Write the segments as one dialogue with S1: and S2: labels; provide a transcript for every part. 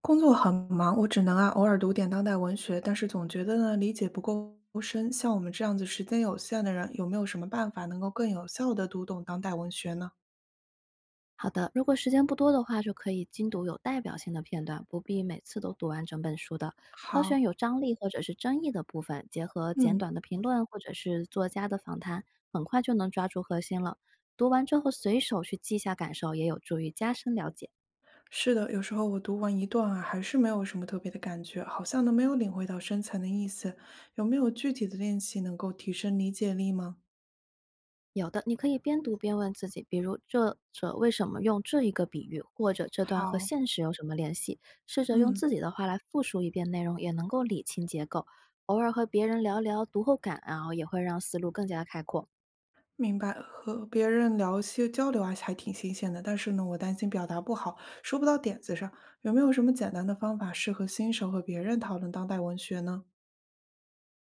S1: 工作很忙，我只能偶尔读点当代文学，但是总觉得理解不够深。像我们这样子时间有限的人，有没有什么办法能够更有效的读懂当代文学呢？
S2: 好的，如果时间不多的话，就可以精读有代表性的片段，不必每次都读完整本书的。挑选
S1: 好，
S2: 有张力或者是争议的部分，结合简
S1: 嗯，
S2: 短的评论或者是作家的访谈，很快就能抓住核心了。读完之后随手去记下感受，也有助于加深了解。
S1: 是的，有时候我读完一段，还是没有什么特别的感觉，好像都没有领会到深层的意思。有没有具体的练习能够提升理解力吗？
S2: 有的，你可以边读边问自己，比如作者为什么用这一个比喻，或者这段和
S1: 好，
S2: 现实有什么联系？试着用
S1: 嗯。
S2: 自己的话来复述一遍内容，也能够理清结构。偶尔和别人聊聊读后感啊，也会让思路更加开阔。
S1: 明白，和别人聊些交流，还挺新鲜的。但是呢，我担心表达不好，说不到点子上。有没有什么简单的方法适合新手和别人讨论当代文学呢？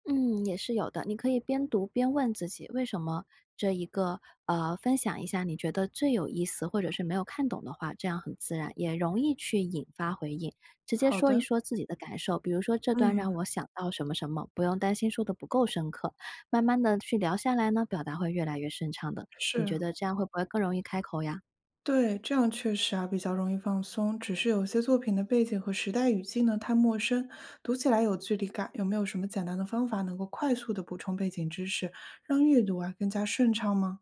S2: 嗯，也是有的。你可以边读边问自己，为什么这一个分享一下你觉得最有意思或者是没有看懂的话，这样很自然，也容易去引发回应。直接
S1: 好
S2: 说一
S1: 的，
S2: 说自己的感受，比如说这段让
S1: 嗯，
S2: 我想到什么什么，不用担心说的不够深刻。慢慢的去聊下来呢，表达会越来越顺畅的。你
S1: 是，
S2: 觉得这样会不会更容易开口呀？
S1: 对，这样确实比较容易放松。只是有些作品的背景和时代语境呢太陌生，读起来有距离感。有没有什么简单的方法能够快速的补充背景知识，让阅读更加顺畅吗？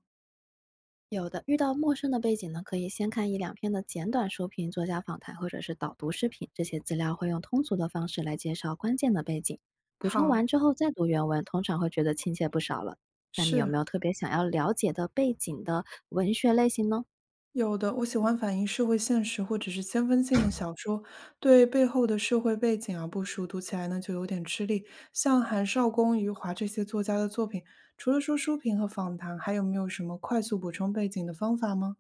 S2: 有的，遇到陌生的背景呢，可以先看一两篇的简短书评、作家访谈或者是导读视频，这些资料会用通俗的方式来介绍关键的背景。补充完
S1: 好，
S2: 之后再读原文，通常会觉得亲切不少了。那你有
S1: 是。
S2: 没有特别想要了解的背景的文学类型呢？
S1: 有的，我喜欢反映社会现实或者是先锋性的小说，对背后的社会背景不熟，读起来呢就有点吃力。像韩少功、余华这些作家的作品，除了说书评和访谈，还有没有什么快速补充背景的方法吗？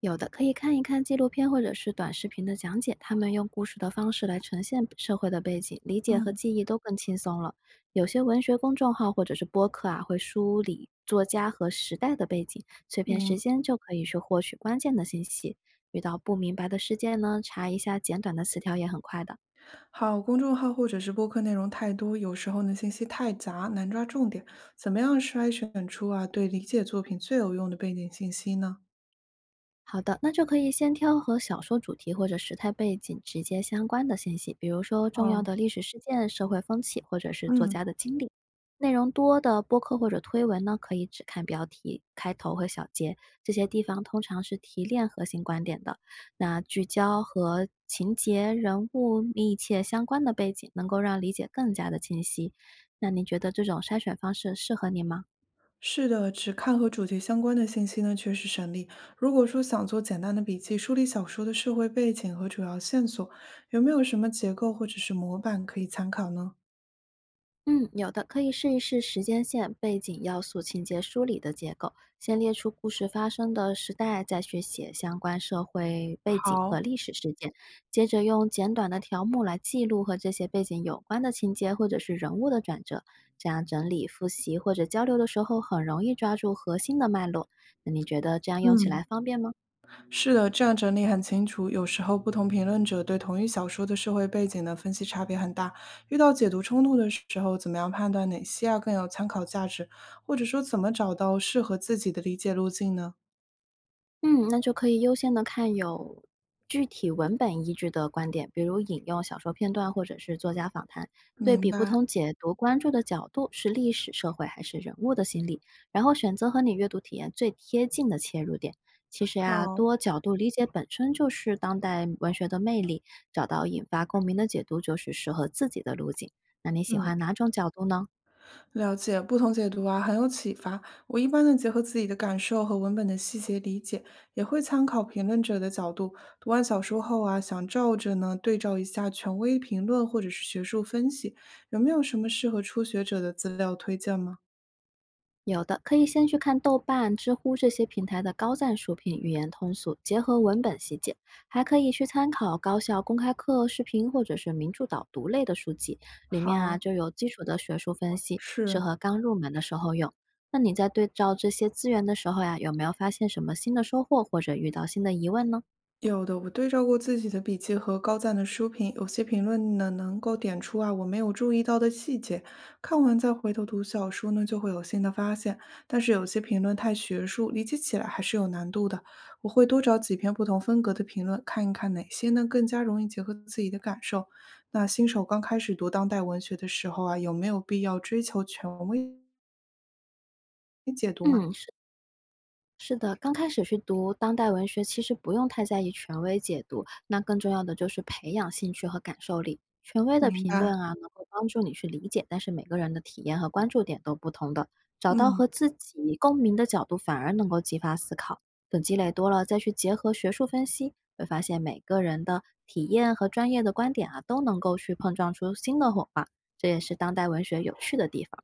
S2: 有的可以看一看纪录片或者是短视频的讲解，他们用故事的方式来呈现社会的背景，理解和
S1: 嗯，
S2: 记忆都更轻松了。有些文学公众号或者是播客啊，会梳理作家和时代的背景，碎片
S1: 明
S2: 时间就可以去获取关键的信息。遇到不明白的事件呢，查一下简短的词条也很快的。
S1: 好，公众号或者是播客内容太多，有时候呢信息太杂，难抓重点。怎么样筛选出对理解作品最有用的背景信息呢？
S2: 好的，那就可以先挑和小说主题或者时态背景直接相关的信息，比如说重要
S1: 哦，
S2: 的历史事件、社会风气，或者是作
S1: 嗯。
S2: 家的经历。内容多的播客或者推文呢，可以只看标题、开头和小结，这些地方通常是提炼核心观点的。那聚焦和情节、人物密切相关的背景，能够让理解更加的清晰。那你觉得这种筛选方式适合你吗？
S1: 是的，只看和主题相关的信息呢，确实省力。如果说想做简单的笔记，梳理小说的社会背景和主要线索，有没有什么结构或者是模板可以参考呢？
S2: 嗯，有的可以试一试时间线、背景要素、情节梳理的结构，先列出故事发生的时代，再去写相关社会背景和
S1: 好，
S2: 历史事件，接着用简短的条目来记录和这些背景有关的情节或者是人物的转折，这样整理、复习或者交流的时候很容易抓住核心的脉络。那你觉得这样用起
S1: 嗯，
S2: 来方便吗？
S1: 是的，这样整理很清楚。有时候不同评论者对同一小说的社会背景的分析差别很大，遇到解读冲突的时候，怎么样判断哪些更有参考价值，或者说怎么找到适合自己的理解路径呢？
S2: 嗯，那就可以优先的看有具体文本依据的观点，比如引用小说片段或者是作家访谈，对
S1: 明
S2: 比不
S1: 白，
S2: 同解读关注的角度是历史、社会还是人物的心理，然后选择和你阅读体验最贴近的切入点。其实呀、多
S1: 好，
S2: 角度理解本身就是当代文学的魅力，找到引发共鸣的解读就是适合自己的路径。那你喜
S1: 嗯。
S2: 欢哪种角度呢？
S1: 了解，不同解读，很有启发。我一般呢，结合自己的感受和文本的细节理解，也会参考评论者的角度。读完小说后，想照着呢对照一下权威评论或者是学术分析，有没有什么适合初学者的资料推荐吗？
S2: 有的可以先去看豆瓣、知乎这些平台的高赞书评，语言通俗，结合文本细节；还可以去参考高校公开课、视频或者是名著导读类的书籍，里面啊
S1: 好，
S2: 就有基础的学术分析，适
S1: 是。
S2: 合刚入门的时候用。那你在对照这些资源的时候呀，有没有发现什么新的收获，或者遇到新的疑问呢？
S1: 有的，我对照过自己的笔记和高赞的书评，有些评论呢能够点出我没有注意到的细节，看完再回头读小说呢就会有新的发现。但是有些评论太学术，理解起来还是有难度的。我会多找几篇不同风格的评论，看一看哪些呢更加容易结合自己的感受。那新手刚开始读当代文学的时候，有没有必要追求权威解读吗？
S2: 嗯，是的，刚开始去读当代文学，其实不用太在意权威解读，那更重要的就是培养兴趣和感受力。权威的
S1: 明
S2: 评
S1: 白，
S2: 论啊，能够帮助你去理解，但是每个人的体验和关注点都不同的，找到
S1: 嗯。
S2: 和自己共鸣的角度，反而能够激发思考。等积累多了，再去结合学术分析，会发现每个人的体验和专业的观点啊，都能够去碰撞出新的火花。这也是当代文学有趣的地方。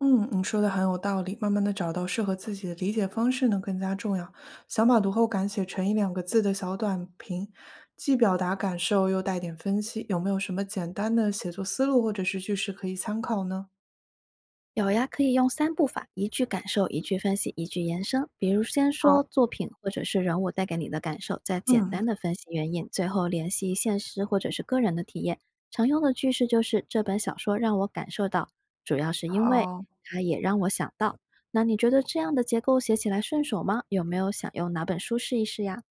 S1: 嗯，你说的很有道理。慢慢的找到适合自己的理解方式呢，更加重要。想把读后感写成100到200字的小短评，既表达感受，又带点分析。有没有什么简单的写作思路或者是句式可以参考呢？
S2: 有呀，可以用三步法：一句感受，一句分析，一句延伸。比如先说
S1: 好，
S2: 作品或者是人物带给你的感受，再简
S1: 嗯，
S2: 单的分析原因，最后联系现实或者是个人的体验。常用的句式就是这本小说让我感受到，主要是因为
S1: 好，
S2: 它也让我想到。那你觉得这样的结构写起来顺手吗？有没有想用哪本书试一试呀？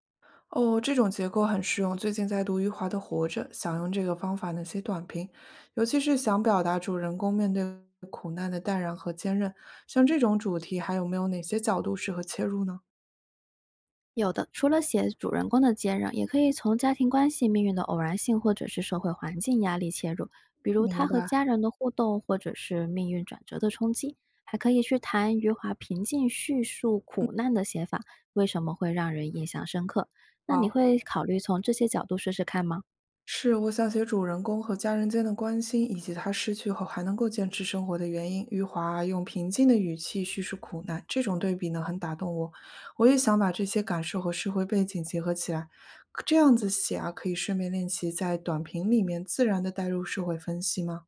S1: 哦，这种结构很适用。最近在读余华的《活着》，想用这个方法呢写短评，尤其是想表达主人公面对苦难的淡然和坚韧。像这种主题，还有没有哪些角度适合切入呢？
S2: 有的，除了写主人公的坚韧，也可以从家庭关系、命运的偶然性，或者是社会环境压力切入，比如他
S1: 明
S2: 和
S1: 白，
S2: 家人的互动，或者是命运转折的冲击。还可以去谈余华平静叙述苦难的写法，为什么会让人印象深刻？那你
S1: 好。
S2: 会考虑从这些角度试试看吗？
S1: 是我想写主人公和家人间的关心，以及他失去后还能够坚持生活的原因。余华用平静的语气叙述苦难，这种对比呢很打动我。我也想把这些感受和社会背景结合起来，可这样子写，可以顺便练习在短评里面自然的带入社会分析吗？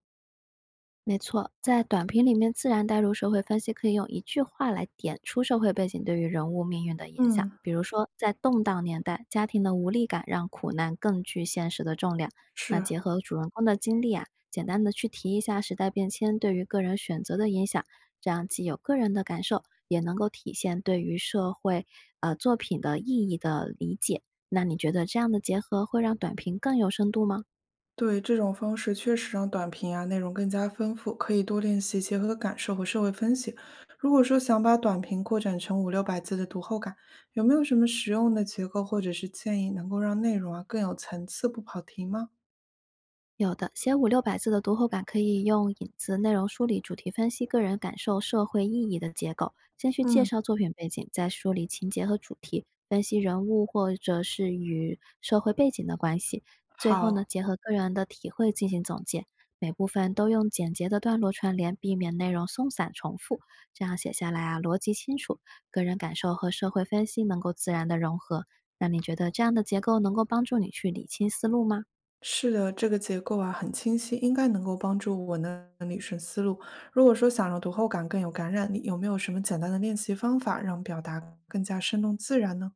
S2: 没错，在短评里面自然带入社会分析，可以用一句话来点出社会背景对于人物命运的影响。
S1: 嗯，
S2: 比如说，在动荡年代，家庭的无力感让苦难更具现实的重量。那
S1: 是。
S2: 结合主人公的经历啊，简单的去提一下时代变迁对于个人选择的影响，这样既有个人的感受，也能够体现对于社会作品的意义的理解。那你觉得这样的结合会让短评更有深度吗？
S1: 对，这种方式确实让短评内容更加丰富，可以多练习结合感受和社会分析。如果说想把短评扩展成500到600字的读后感，有没有什么实用的结构或者是建议，能够让内容更有层次，不跑题吗？
S2: 有的，写五六百字的读后感可以用引子、内容梳理、主题分析、个人感受、社会意义的结构，先去介
S1: 嗯，
S2: 绍作品背景，再梳理情节和主题，分析人物或者是与社会背景的关系，最后呢，
S1: 好，
S2: 结合个人的体会进行总结。每部分都用简洁的段落串联，避免内容松散重复。这样写下来啊，逻辑清楚，个人感受和社会分析能够自然的融合。那你觉得这样的结构能够帮助你去理清思路吗？
S1: 是的，这个结构很清晰，应该能够帮助我能理顺思路。如果说想让读后感更有感染力，有没有什么简单的练习方法让表达更加生动自然呢？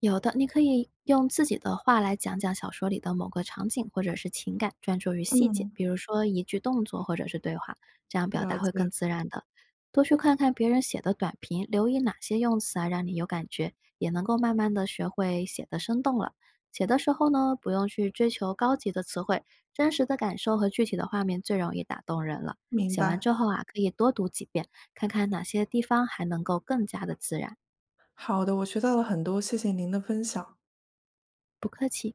S2: 有的，你可以用自己的话来讲讲小说里的某个场景或者是情感，专注于细节，
S1: 嗯，
S2: 比如说一句动作或者是对话，这样表达
S1: 了
S2: 会
S1: 解，
S2: 更自然的。多去看看别人写的短评，留意哪些用词啊让你有感觉，也能够慢慢的学会写的生动了。写的时候呢，不用去追求高级的词汇，真实的感受和具体的画面最容易打动人了。
S1: 明
S2: 写完
S1: 白。
S2: 之后啊，可以多读几遍，看看哪些地方还能够更加的自然。
S1: 好的，我学到了很多，谢谢您的分享。
S2: 不客气。